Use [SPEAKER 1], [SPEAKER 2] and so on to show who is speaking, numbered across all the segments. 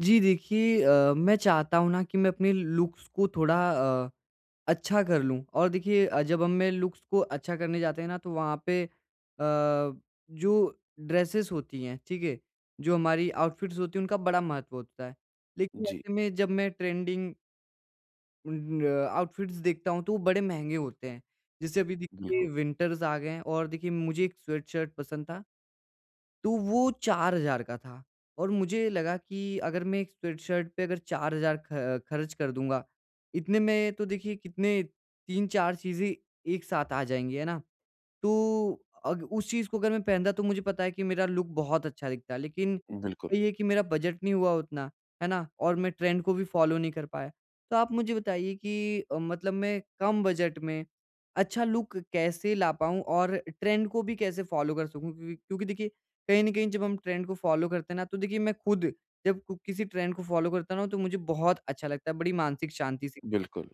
[SPEAKER 1] जी देखिए, मैं चाहता हूँ ना कि मैं अपने लुक्स को थोड़ा अ, अच्छा कर लूँ। और देखिए, जब हम मैं लुक्स को अच्छा करने जाते हैं ना तो वहाँ पे, जो ड्रेसेस होती हैं, ठीक है, जो हमारी आउटफिट्स होती हैं, उनका बड़ा महत्व होता है। लेकिन
[SPEAKER 2] जी,
[SPEAKER 1] ऐसे में जब मैं ट्रेंडिंग आउटफिट्स देखता हूँ तो वो बड़े महंगे होते हैं। जैसे अभी
[SPEAKER 2] बिल्कुल,
[SPEAKER 1] देखिए, विंटर्स आ गए हैं और देखिए मुझे एक स्वेट शर्ट पसंद था, तो वो 4000 का था। और मुझे लगा कि अगर मैं एक स्वेट-शर्ट पे अगर 4000 ख खर्च कर दूँगा, इतने में तो देखिए कितने 3-4 चीज़ें एक साथ आ जाएँगी, है ना? तो अग उस चीज़ को अगर मैं पहनता तो मुझे पता है कि मेरा लुक बहुत अच्छा दिखता, लेकिन
[SPEAKER 2] बिल्कुल,
[SPEAKER 1] वही है कि मेरा बजट नहीं हुआ उतना, है ना? और मैं ट्रेंड को भी फ़ॉलो नहीं कर पाया। तो आप मुझे बताइए कि मतलब मैं कम बजट में अच्छा लुक कैसे ला पाऊँ और ट्रेंड को भी कैसे फ़ॉलो कर सकूँ? क्योंकि क्योंकि देखिए, कहीं न कहीं जब हम ट्रेंड को फ़ॉलो करते हैं ना, तो देखिए मैं खुद जब कु किसी ट्रेंड को फ़ॉलो करता हूँ ना, तो मुझे बहुत अच्छा लगता है, बड़ी मानसिक शांति सी।
[SPEAKER 2] बिल्कुल।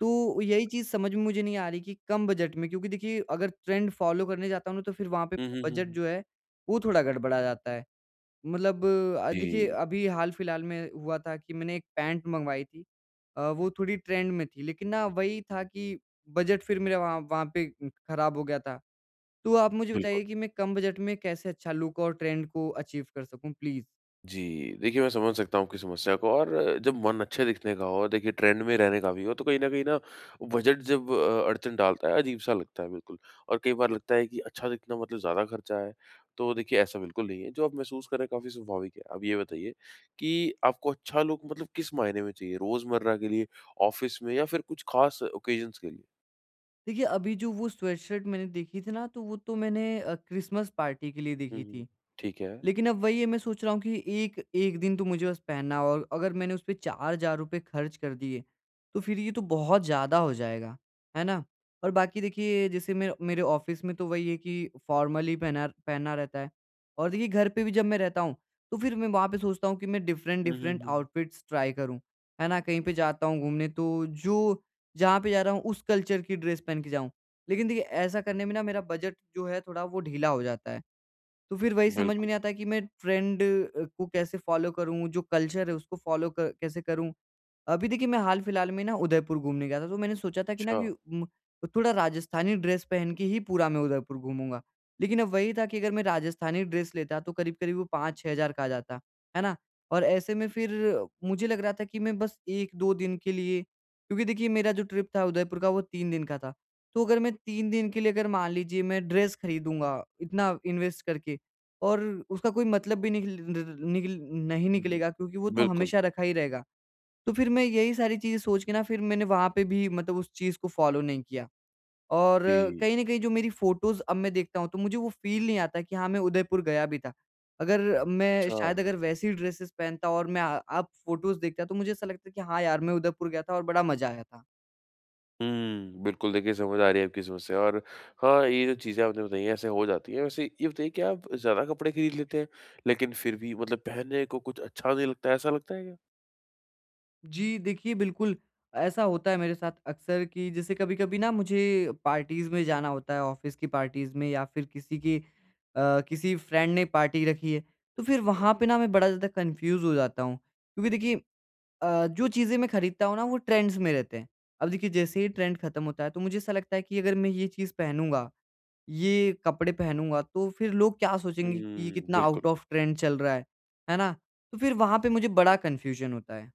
[SPEAKER 1] तो यही चीज़ समझ में मुझे नहीं आ रही कि कम बजट में, क्योंकि देखिए अगर ट्रेंड फ़ॉलो करने जाता हूँ ना तो फिर वहाँ पे
[SPEAKER 2] हुँ, हुँ, हुँ,
[SPEAKER 1] बजट
[SPEAKER 2] हुँ।
[SPEAKER 1] जो है वो थोड़ा गड़बड़ा जाता है। मतलब, देखिए
[SPEAKER 2] जी,
[SPEAKER 1] अभी हाल-फिलहाल में हुआ था कि मैंने एक पैंट मँगवाई थी। वो थोड़ी ट्रेंड में थी, लेकिन ना वही था कि बजट फिर मेरा वहाँ वहाँ पे ख़राब हो गया था। तो आप मुझे
[SPEAKER 2] बिल्कुल।
[SPEAKER 1] बताइए कि मैं कम बजट में कैसे अच्छा लुक और ट्रेंड को अचीव कर सकूँ, प्लीज़?
[SPEAKER 2] जी, देखिए मैं समझ सकता हूँ आपकी समस्या को और जब मन अच्छे दिखने का हो, देखिए ट्रेंड में रहने का भी हो, तो कहीं न कहीं ना बजट जब अड़चन डालता है, अजीब-सा लगता है बिल्कुल। और कई बार लगता है कि अच्छा दिखना मतलब ज़्यादा खर्चा है, तो देखिए ऐसा बिल्कुल नहीं है। जो आप महसूस कर रहे हैं काफ़ी स्वाभाविक है। अब ये बताइए कि आपको अच्छा लुक मतलब किस मायने में चाहिए? रोज़मर्रा के लिए, ऑफ़िस में या फिर कुछ ख़ास ओकेज़न्स के लिए?
[SPEAKER 1] देखिए अभी जो वो स्वेडशर्ट मैंने देखी थी ना, तो वो तो मैंने क्रिसमस पार्टी के लिए
[SPEAKER 2] हुँ,
[SPEAKER 1] देखी
[SPEAKER 2] हुँ।
[SPEAKER 1] थी।
[SPEAKER 2] ठीक है।
[SPEAKER 1] लेकिन अब वही है, मैं सोच रहा हूँ कि एक एक दिन तो मुझे बस पहनना है, और अगर मैंने उसपे 4,000 रुपए खर्च कर दिए, तो फिर ये तो बहुत ज़्यादा हो जाएगा, है ना? और बाकी देखिए, जैसे मेरे मेरे ऑफ़िस में तो वही है कि फ़ॉर्मल ही पहना पहनना रहता है, और देखिए घर पे भी जब मैं रहता हूँ, तो फिर मैं वहाँ पे सोचता हूँ कि मैं
[SPEAKER 2] हुँ, हुँ,
[SPEAKER 1] डिफरेंट-डिफरेंट
[SPEAKER 2] हुँ, हुँ।
[SPEAKER 1] आउटफिट्स ट्राई करूँ, है ना? कहीं पे जाता हूँ घूमने तो जो जहाँ पे जा रहा हूँ उस कल्चर की ड्रेस पहन के जाऊँ। लेकिन देखिए ऐसा करने में ना मेरा बजट जो है थोड़ा वो ढीला हो जाता है। तो फिर वही समझ में
[SPEAKER 2] बिल्कुल।
[SPEAKER 1] नहीं आता कि मैं ट्रेंड को कैसे फॉलो करूँ, जो कल्चर है उसको फॉलो क कैसे करूँ? अभी देखिए मैं हाल-फिलहाल में ना उदयपुर घूमने गया था, तो मैंने सोचा था कि ना
[SPEAKER 2] अच्छा,
[SPEAKER 1] कि थोड़ा राजस्थानी ड्रेस पहन के ही पूरा मैं उदयपुर घूमूँगा। लेकिन अब वही था कि अगर मैं राजस्थानी ड्रेस लेता तो करीब-करीब वो 5,000-6,000 का आ जाता, है ना? और ऐसे में फिर मुझे लग रहा था कि मैं बस 1-2 दिन के लिए, क्योंकि देखिए मेरा जो ट्रिप था उदयपुर का, वो 3 दिन का था। तो अगर मैं 3 दिन के लिए, अगर मान लीजिए मैं ड्रेस खरीदूँगा इतना इन्वेस्ट करके, और उसका कोई मतलब भी निकल निकल नहीं
[SPEAKER 2] बि
[SPEAKER 1] निकलेगा क्योंकि वो तो
[SPEAKER 2] बिल्कुल,
[SPEAKER 1] हमेशा रखा ही रहेगा। तो फिर मैं यही सारी चीज़ें सोच के ना, फिर मैंने वहाँ पे भी मतलब उस चीज़ को फ़ॉलो नहीं किया। और
[SPEAKER 2] जी,
[SPEAKER 1] कहीं न कहीं जो मेरी फ़ोटोज़ अब मैं देखता हूँ तो मुझे वो फ़ील नहीं आता कि हाँ, मैं उदयपुर गया भी था। अगर मैं,
[SPEAKER 2] अच्छा।
[SPEAKER 1] शायद अगर वैसी ड्रेसेस पहनता और मैं अब फ़ोटोज़ देखता तो मुझे ऐसा लगता कि हाँ यार, मैं उदयपुर गया था और बड़ा मज़ा आया था।
[SPEAKER 2] हुँ, बिल्कुल देखिए समझ आ रही है आपकी समस्या और हाँ, ये जो चीज़ें आपने बताई हैं ऐसे हो जाती हैं। वैसे ये बताइए क्या आप ज़्यादा कपड़े खरीद लेते हैं, लेकिन फिर भी मतलब पहनने को कुछ अच्छा नहीं लगता है, ऐसा लगता है क्या?
[SPEAKER 1] जी, देखिए बिल्कुल ऐसा होता है मेरे साथ अक्सर कि जैसे कभी-कभी ना मुझे पार्टीज़ में जाना होता है, ऑफ़िस की पार्टीज़ में या फिर किसी की, किसी फ्रेंड ने पार्टी रखी है, तो फिर वहाँ पे ना मैं बड़ा ज़्यादा कन्फ्यूज़ हो जाता हूँ। क्योंकि देखिए, जो चीज़ें मैं खरीदता हूँ ना, वो ट्रेंड्स में रहते हैं। अब देखिए जैसे ही ट्रेंड खत्म होता है तो मुझे ऐसा लगता है कि अगर मैं ये चीज़ पहनूँगा, ये कपड़े पहनूँगा तो फिर लोग क्या सोचेंगे कि ये
[SPEAKER 2] हुँ,
[SPEAKER 1] कितना आउट
[SPEAKER 2] बिल्कुल।
[SPEAKER 1] ऑफ ट्रेंड चल रहा है ना? तो फिर वहाँ पे मुझे बड़ा कन्फ्यूज़न होता है।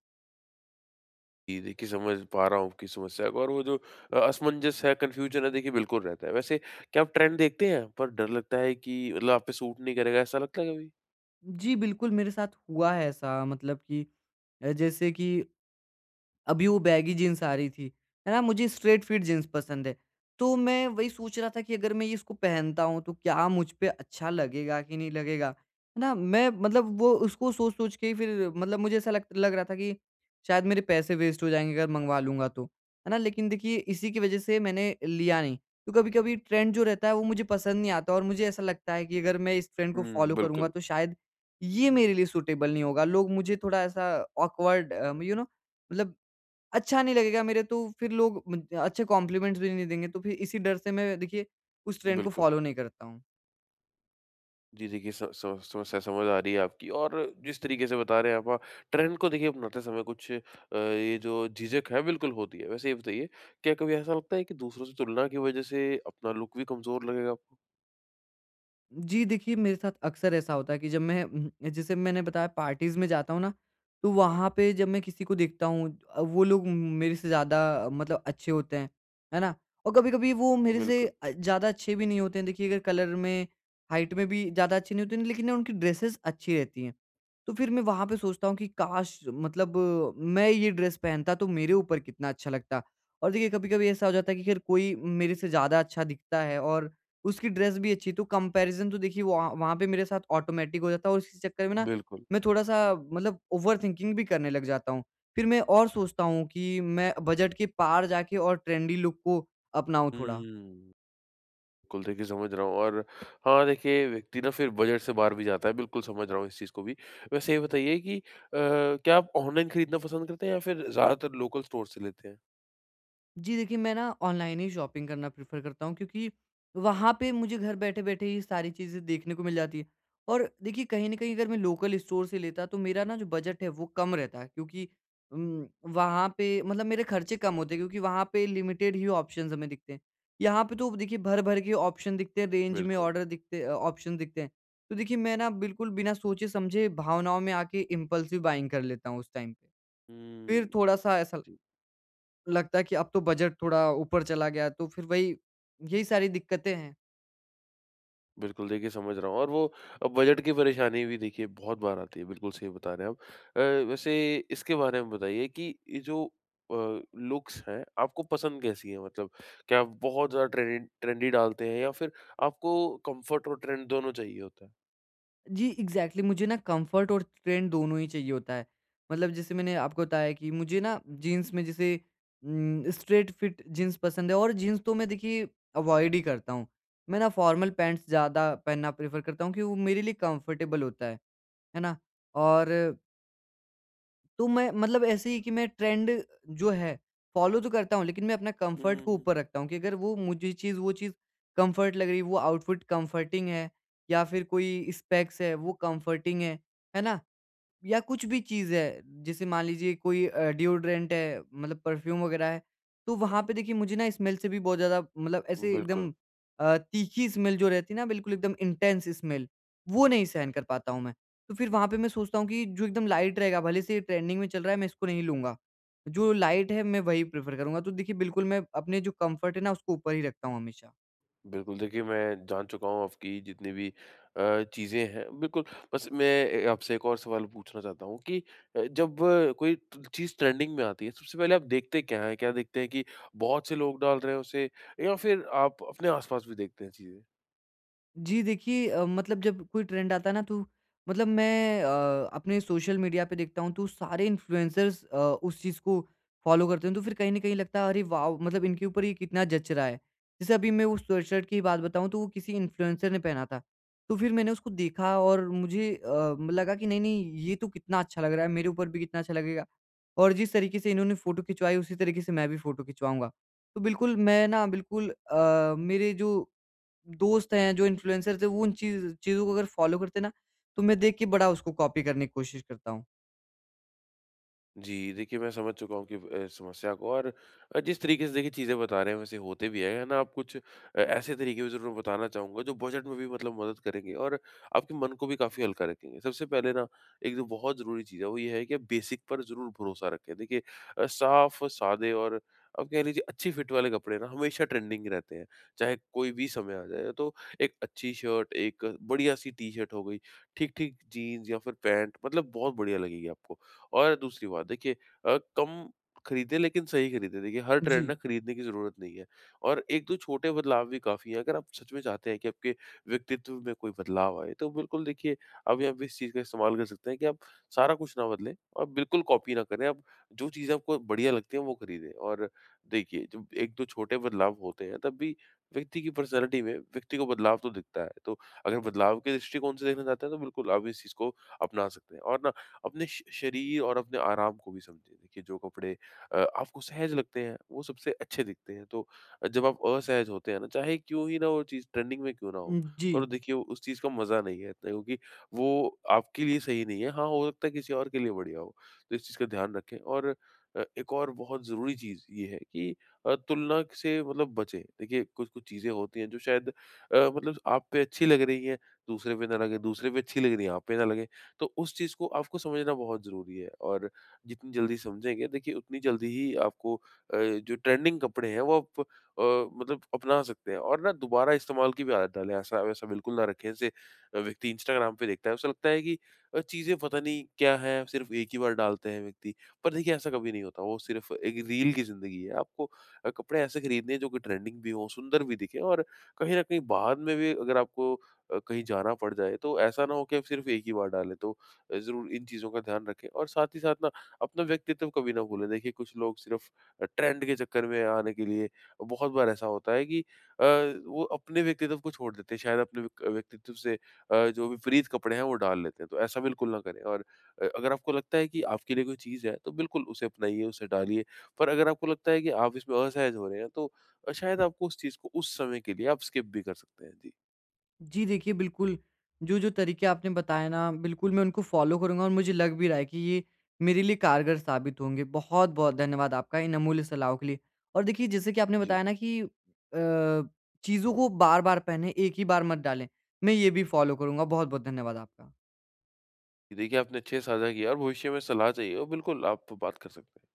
[SPEAKER 2] जी, देखिए समझ पा रहा हूँ आपकी समस्या को और वो जो असमंजस है, कन्फ्यूजन है देखिए बिल्कुल रहता है। वैसे क्या आप ट्रेंड देखते हैं पर डर लगता है कि मतलब आप पे सूट नहीं करेगा ऐसा लगता है कभी?
[SPEAKER 1] जी बिल्कुल, मेरे साथ हुआ है ऐसा, मतलब कि जैसे कि अभी वो बैगी जीन्स आ रही थी, है ना? मुझे स्ट्रेट फिट जीन्स पसंद है। तो मैं वही सोच रहा था कि अगर मैं ये, इसको पहनता हूँ तो क्या मुझ पे अच्छा लगेगा कि नहीं लगेगा, है ना? मैं मतलब वो, उसको सोच-सोच के ही फिर मतलब मुझे ऐसा लग लग रहा था कि शायद मेरे पैसे वेस्ट हो जाएँगे अगर मँगवा लूँगा तो, है ना? लेकिन देखिए इसी की वज़ह से मैंने लिया नहीं। तो कभी-कभी ट्रेंड जो रहता है वो मुझे पसंद नहीं आता और मुझे ऐसा लगता है कि अगर मैं इस ट्रेंड को
[SPEAKER 2] हुँ,
[SPEAKER 1] फ़ॉलो करूँगा
[SPEAKER 2] बिल्कुल,
[SPEAKER 1] तो शायद ये मेरे लिए सूटेबल नहीं होगा। लोग मुझे थोड़ा ऐसा ऑकवर्ड, मतलब अच्छा नहीं लगेगा मेरे, तो फिर लोग मुझ अच्छे कॉम्प्लीमेंट्स भी नहीं देंगे, तो फिर इसी डर से मैं देखिए उस ट्रेंड को
[SPEAKER 2] बिल्कुल।
[SPEAKER 1] फ़ॉलो नहीं करता हूँ।
[SPEAKER 2] जी देखिए सम सम समस्या समझ आ रही है आपकी और जिस तरीके से बता रहे हैं आप ट्रेंड को देखिए अपनाते समय कुछ ये जो झिझक है बिल्कुल होती है। वैसे ये बताइए क्या कभी ऐसा लगता है कि दूसरों से तुलना की वज़ह से अपना लुक भी कमज़ोर लगेगा आपको?
[SPEAKER 1] जी, देखिए मेरे साथ अक्सर ऐसा होता है कि जब मैं, जैसे मैंने बताया पार्टीज़ में जाता हूँ ना, तो वहाँ पे जब मैं किसी को देखता हूँ, वो लोग मेरे से ज़्यादा मतलब अच्छे होते हैं, है ना? और कभी-कभी वो मेरे से
[SPEAKER 2] बिल्कुल,
[SPEAKER 1] ज़्यादा अच्छे भी नहीं होते हैं। देखिए अगर कलर में, हाइट में भी ज़्यादा अच्छे नहीं होते हैं, लेकिन उनकी ड्रेसेस अच्छी रहती हैं। तो फिर मैं वहाँ पे सोचता हूँ कि काश मतलब, मैं ये ड्रेस पहनता तो मेरे ऊपर कितना अच्छा लगता। और देखिए कभी-कभी ऐसा हो जाता है कि खैर, कोई मेरे से ज़्यादा अच्छा दिखता है और उसकी ड्रेस भी अच्छी, तो कंपैरिज़न तो देखिए वहाँ वहाँ पे मेरे साथ ऑटोमैटिक हो जाता है और इसी चक्कर में ना
[SPEAKER 2] बिल्कुल।
[SPEAKER 1] मैं थोड़ा-सा मतलब ओवरथिंकिंग भी करने लग जाता हूँ। फिर मैं और सोचता हूँ कि मैं बजट के पार जाके और ट्रेंडी लुक को अपनाऊँ थोड़ा।
[SPEAKER 2] हुँ। बिल्कुल देखिए समझ रहा हूँ और हाँ, देखिए व्यक्ति ना फिर बजट से बाहर भी जाता है। बिल्कुल समझ रहा हूँ इस चीज़ को भी। वैसे ये बताइए कि क्या आप ऑनलाइन खरीदना पसंद करते हैं या फिर ज़्यादातर लोकल स्टोर से लेते हैं?
[SPEAKER 1] जी देखिए, मैं ना ऑनलाइन ही शॉपिंग करना प्रेफ़र करता हूँ क्योंकि वहाँ पे मुझे घर बैठे-बैठे ही सारी चीज़ें देखने को मिल जाती हैं। और देखिए कहीं न कहीं अगर मैं लोकल स्टोर से लेता तो मेरा ना जो बजट है वो कम रहता है, क्योंकि उम, वहाँ पे मतलब मेरे खर्चे कम होते हैं क्योंकि वहाँ पे लिमिटेड ही ऑप्शंस हमें दिखते हैं। यहाँ पे तो देखिए भर-भर के ऑप्शन दिखते हैं, रेंज में
[SPEAKER 2] बिल्कुल।
[SPEAKER 1] ऑप्शन दिखते हैं। तो देखिए मैं ना बिल्कुल बिना सोचे-समझे भावनाओं में आके इम्पल्सिव बाइंग कर लेता हूँ उस टाइम पे। फिर
[SPEAKER 2] हुँ।
[SPEAKER 1] थोड़ा-सा ऐसा लगता है कि अब तो बजट थोड़ा ऊपर चला गया, तो फिर वही, यही सारी दिक्कतें हैं।
[SPEAKER 2] बिल्कुल, देखिए समझ रहा हूँ और वो अब बजट की परेशानी भी देखिए बहुत बार आती है, बिल्कुल सही बता रहे हैं आप। वैसे इसके बारे में बताइए कि ये जो अ, लुक्स हैं, आपको पसंद कैसी हैं? मतलब क्या आप बहुत ज़्यादा ट्रेंडी डालते हैं या फिर आपको कम्फर्ट और ट्रेंड दोनों चाहिए होता है?
[SPEAKER 1] जी, एग्ज़ैक्टली मुझे ना कम्फ़र्ट और ट्रेंड दोनों ही चाहिए होता है। मतलब जैसे मैंने आपको बताया कि मुझे ना जीन्स में जैसे, स्ट्रेट फिट जीन्स पसंद है, और जीन्स तो मैं देखिए अवॉइड ही करता हूँ। मैं ना फॉर्मल पैंट्स ज़्यादा पहनना प्रेफ़र करता हूँ, क्योंकि वो मेरे लिए कम्फ़र्टेबल होता है ना? और तो मैं मतलब ऐसे ही कि मैं ट्रेंड जो है, फॉलो तो करता हूँ, लेकिन मैं अपना कंफर्ट
[SPEAKER 2] हुँ,
[SPEAKER 1] को
[SPEAKER 2] हुँ,
[SPEAKER 1] ऊपर रखता हूँ, कि अगर वो मुझे चीज़, वो चीज़ कंफर्ट लग रही है, वो आउटफिट कंफर्टिंग है, या फिर कोई स्पेक्स है वो कंफर्टिंग है ना? या कुछ भी चीज़ है, जैसे मान लीजिए कोई, डिओडोरेंट है, मतलब परफ्यूम वगैरह है, तो वहाँ पे देखिए मुझे ना स्मेल से भी बहुत ज़्यादा मतलब,
[SPEAKER 2] हुँ।
[SPEAKER 1] ऐसे
[SPEAKER 2] बिल्कुल।
[SPEAKER 1] एकदम, तीखी स्मेल जो रहती है ना, बिल्कुल एकदम इंटेंस स्मेल, वो नहीं सहन कर पाता हूँ मैं। तो फिर वहाँ पे मैं सोचता हूँ कि जो एकदम लाइट रहेगा, भले से ये ट्रेंडिंग में चल रहा है, मैं इसको नहीं लूँगा। जो लाइट है, मैं वही प्रेफ़र करूँगा। तो देखिए बिल्कुल मैं अपने जो कम्फ़र्ट है ना, उसको ऊपर ही रखता हूँ हमेशा।
[SPEAKER 2] बिल्कुल, देखिए मैं जान चुका हूँ आपकी जितनी भी चीज़ें हैं, बिल्कुल। बस मैं आपसे एक और सवाल पूछना चाहता हूँ कि जब कोई ट चीज़ ट्रेंडिंग में आती है, सबसे पहले आप देखते क्या हैं? क्या देखते हैं कि बहुत से लोग डाल रहे हैं उसे या फिर आप अपने आस-पास भी देखते हैं चीज़ें?
[SPEAKER 1] जी देखिए, मतलब जब कोई ट्रेंड आता है ना, तो मतलब मैं अपने सोशल मीडिया पे देखता हूँ तो सारे इन्फ्लुएंसर्स उस चीज़ को फॉलो करते हैं, तो फिर कहीं ना कहीं लगता है अरे वाह, मतलब इनके ऊपर ये कितना जच रहा है। जैसे अभी मैं उस स्वेटशर्ट की बात बताऊँ, तो वो किसी इन्फ्लुएंसर ने पहना था, तो फिर मैंने उसको देखा और मुझे लगा कि नहीं नहीं, ये तो कितना अच्छा लग रहा है, मेरे ऊपर भी कितना अच्छा लगेगा, और जिस तरीके से इन्होंने फोटो खिंचवाई उसी तरीके से मैं भी फोटो खिंचवाऊंगा। तो बिल्कुल मैं ना, बिल्कुल मेरे जो दोस्त हैं, जो इन्फ्लुएंसर्स हैं, वो उन चीज़ों को अगर फ़ॉलो करते ना, तो मैं देख के बड़ा उसको कॉपी करने की कोशिश करता हूँ।
[SPEAKER 2] जी, देखिए मैं समझ चुका हूँ कि समस्या को और जिस तरीके से देखिए चीज़ें बता रहे हैं वैसे होते भी हैं, है ना? आप कुछ ऐसे तरीके भी ज़रूर बताना चाहूँगा जो बजट में भी मतलब मदद करेंगे और आपके मन को भी काफ़ी हल्का रखेंगे। सबसे पहले ना एक जो बहुत ज़रूरी चीज़ है वो ये है कि आप बेसिक पर ज़रूर भरोसा रखें। देखिए साफ, सादे और आप कह लीजिए अच्छी फिट वाले कपड़े ना हमेशा ट्रेंडिंग रहते हैं, चाहे कोई भी समय आ जाए। तो एक अच्छी शर्ट, एक बढ़िया-सी टी-शर्ट हो गई, ठीक-ठीक जीन्स या फिर पैंट मतलब बहुत बढ़िया लगेगी आपको। और दूसरी बात देखिए कम खरीदें लेकिन सही खरीदें। देखिए हर ट्रेंड
[SPEAKER 1] जी।
[SPEAKER 2] ना खरीदने की ज़रूरत नहीं है और 1-2 छोटे बदलाव भी काफ़ी हैं। अगर आप सच में चाहते हैं कि आपके व्यक्तित्व में कोई बदलाव आए तो बिल्कुल देखिए अभी आप इस चीज़ का इस्तेमाल कर सकते हैं कि आप सारा कुछ ना बदलें और बिल्कुल कॉपी ना करें। आप जो चीज़ें आपको बढ़िया लगती हैं वो खरीदें और देखिए जब 1-2 छोटे बदलाव होते हैं तब भी व्यक्ति की पर्सनैलिटी में व्यक्ति को बदलाव तो दिखता है। तो अगर बदलाव के दृष्टिकोण से देखना चाहते हैं तो बिल्कुल आप इस चीज़ को अपना सकते हैं और अपने श शरीर और अपने आराम को भी समझें। देखिए जो कपड़े आपको सहज लगते हैं, वो सबसे अच्छे दिखते हैं। तो जब आप असहज होते हैं ना, चाहे क्यों ही ना वो चीज़ ट्रेंडिंग में क्यों ना हो,
[SPEAKER 1] जी।
[SPEAKER 2] पर देखिए उस चीज़ का मज़ा नहीं है इतना क्योंकि वो आपके लिए सही नहीं है। हाँ, हो सकता है किसी और के लिए बढ़िया हो। तो इस चीज़ का ध्यान रखें और एक और बहुत ज़रूरी चीज़ ये है कि तुलना से मतलब बचें। देखिए कुछ-कुछ चीज़ें होती हैं जो शायद मतलब आप पे अच्छी लग रही हैं, दूसरे पे ना लगे, दूसरे पे अच्छी लग रही हैं, आप पे ना लगे। तो उस चीज़ को आपको समझना बहुत ज़रूरी है और जितनी जल्दी समझेंगे देखिए उतनी जल्दी ही आपको जो ट्रेंडिंग कपड़े हैं वो आप अ, मतलब अपना सकते हैं और ना दोबारा इस्तेमाल की भी आदत डालें ऐसा वैसा बिल्कुल ना रखें जैसे व्यक्ति इंस्टाग्राम पे देखता है उसे लगता है कि चीज़ें पता नहीं क्या है सिर्फ एक ही बार डालते हैं व्यक्ति पर देखिए ऐसा कभी नहीं होता वो सिर्फ एक रील की ज़िंदगी है आपको कपड़े ऐसे खरीदने हैं जो कि ट्रेंडिंग भी हों सुंदर भी दिखे और कहीं ना कहीं बाद में भी अगर आपको कहीं जाना पड़ जाए तो ऐसा ना हो कि आप सिर्फ एक ही बार डालें। तो ज़रूर इन चीज़ों का ध्यान रखें और साथ ही साथ ना अपना व्यक्तित्व कभी ना भूलें। देखिए कुछ लोग सिर्फ ट्रेंड के चक्कर में आने के लिए बहुत बार ऐसा होता है कि वो अपने व्यक्तित्व को छोड़ देते हैं। शायद अपने व्यक्तित्व से जो विपरीत कपड़े हैं वो डाल लेते हैं। तो ऐसा बिल्कुल ना करें और अगर आपको लगता है कि आपके लिए कोई चीज़ है तो बिल्कुल उसे अपनाइए, उसे डालिए। पर अगर आपको लगता है कि आप इसमें असहज हो रहे हैं तो शायद आपको उस चीज़ को उस समय के लिए आप स्किप भी कर सकते हैं। जी।
[SPEAKER 1] जी, देखिए बिल्कुल, जो-जो तरीके आपने बताए ना, बिल्कुल मैं उनको फ़ॉलो करूँगा, और मुझे लग भी रहा है कि ये मेरे लिए कारगर साबित होंगे। बहुत-बहुत धन्यवाद आपका इन अमूल्य सलाहों के लिए। और देखिए जैसे कि आपने
[SPEAKER 2] जी।
[SPEAKER 1] बताया ना कि चीज़ों को बार-बार पहने, एक ही बार मत डालें। मैं ये भी फ़ॉलो करूँगा। बहुत-बहुत धन्यवाद आपका।
[SPEAKER 2] देखिए, आपने अच्छे से साझा किया और भविष्य में सलाह चाहिए हो, बिल्कुल आप बात कर सकते हैं।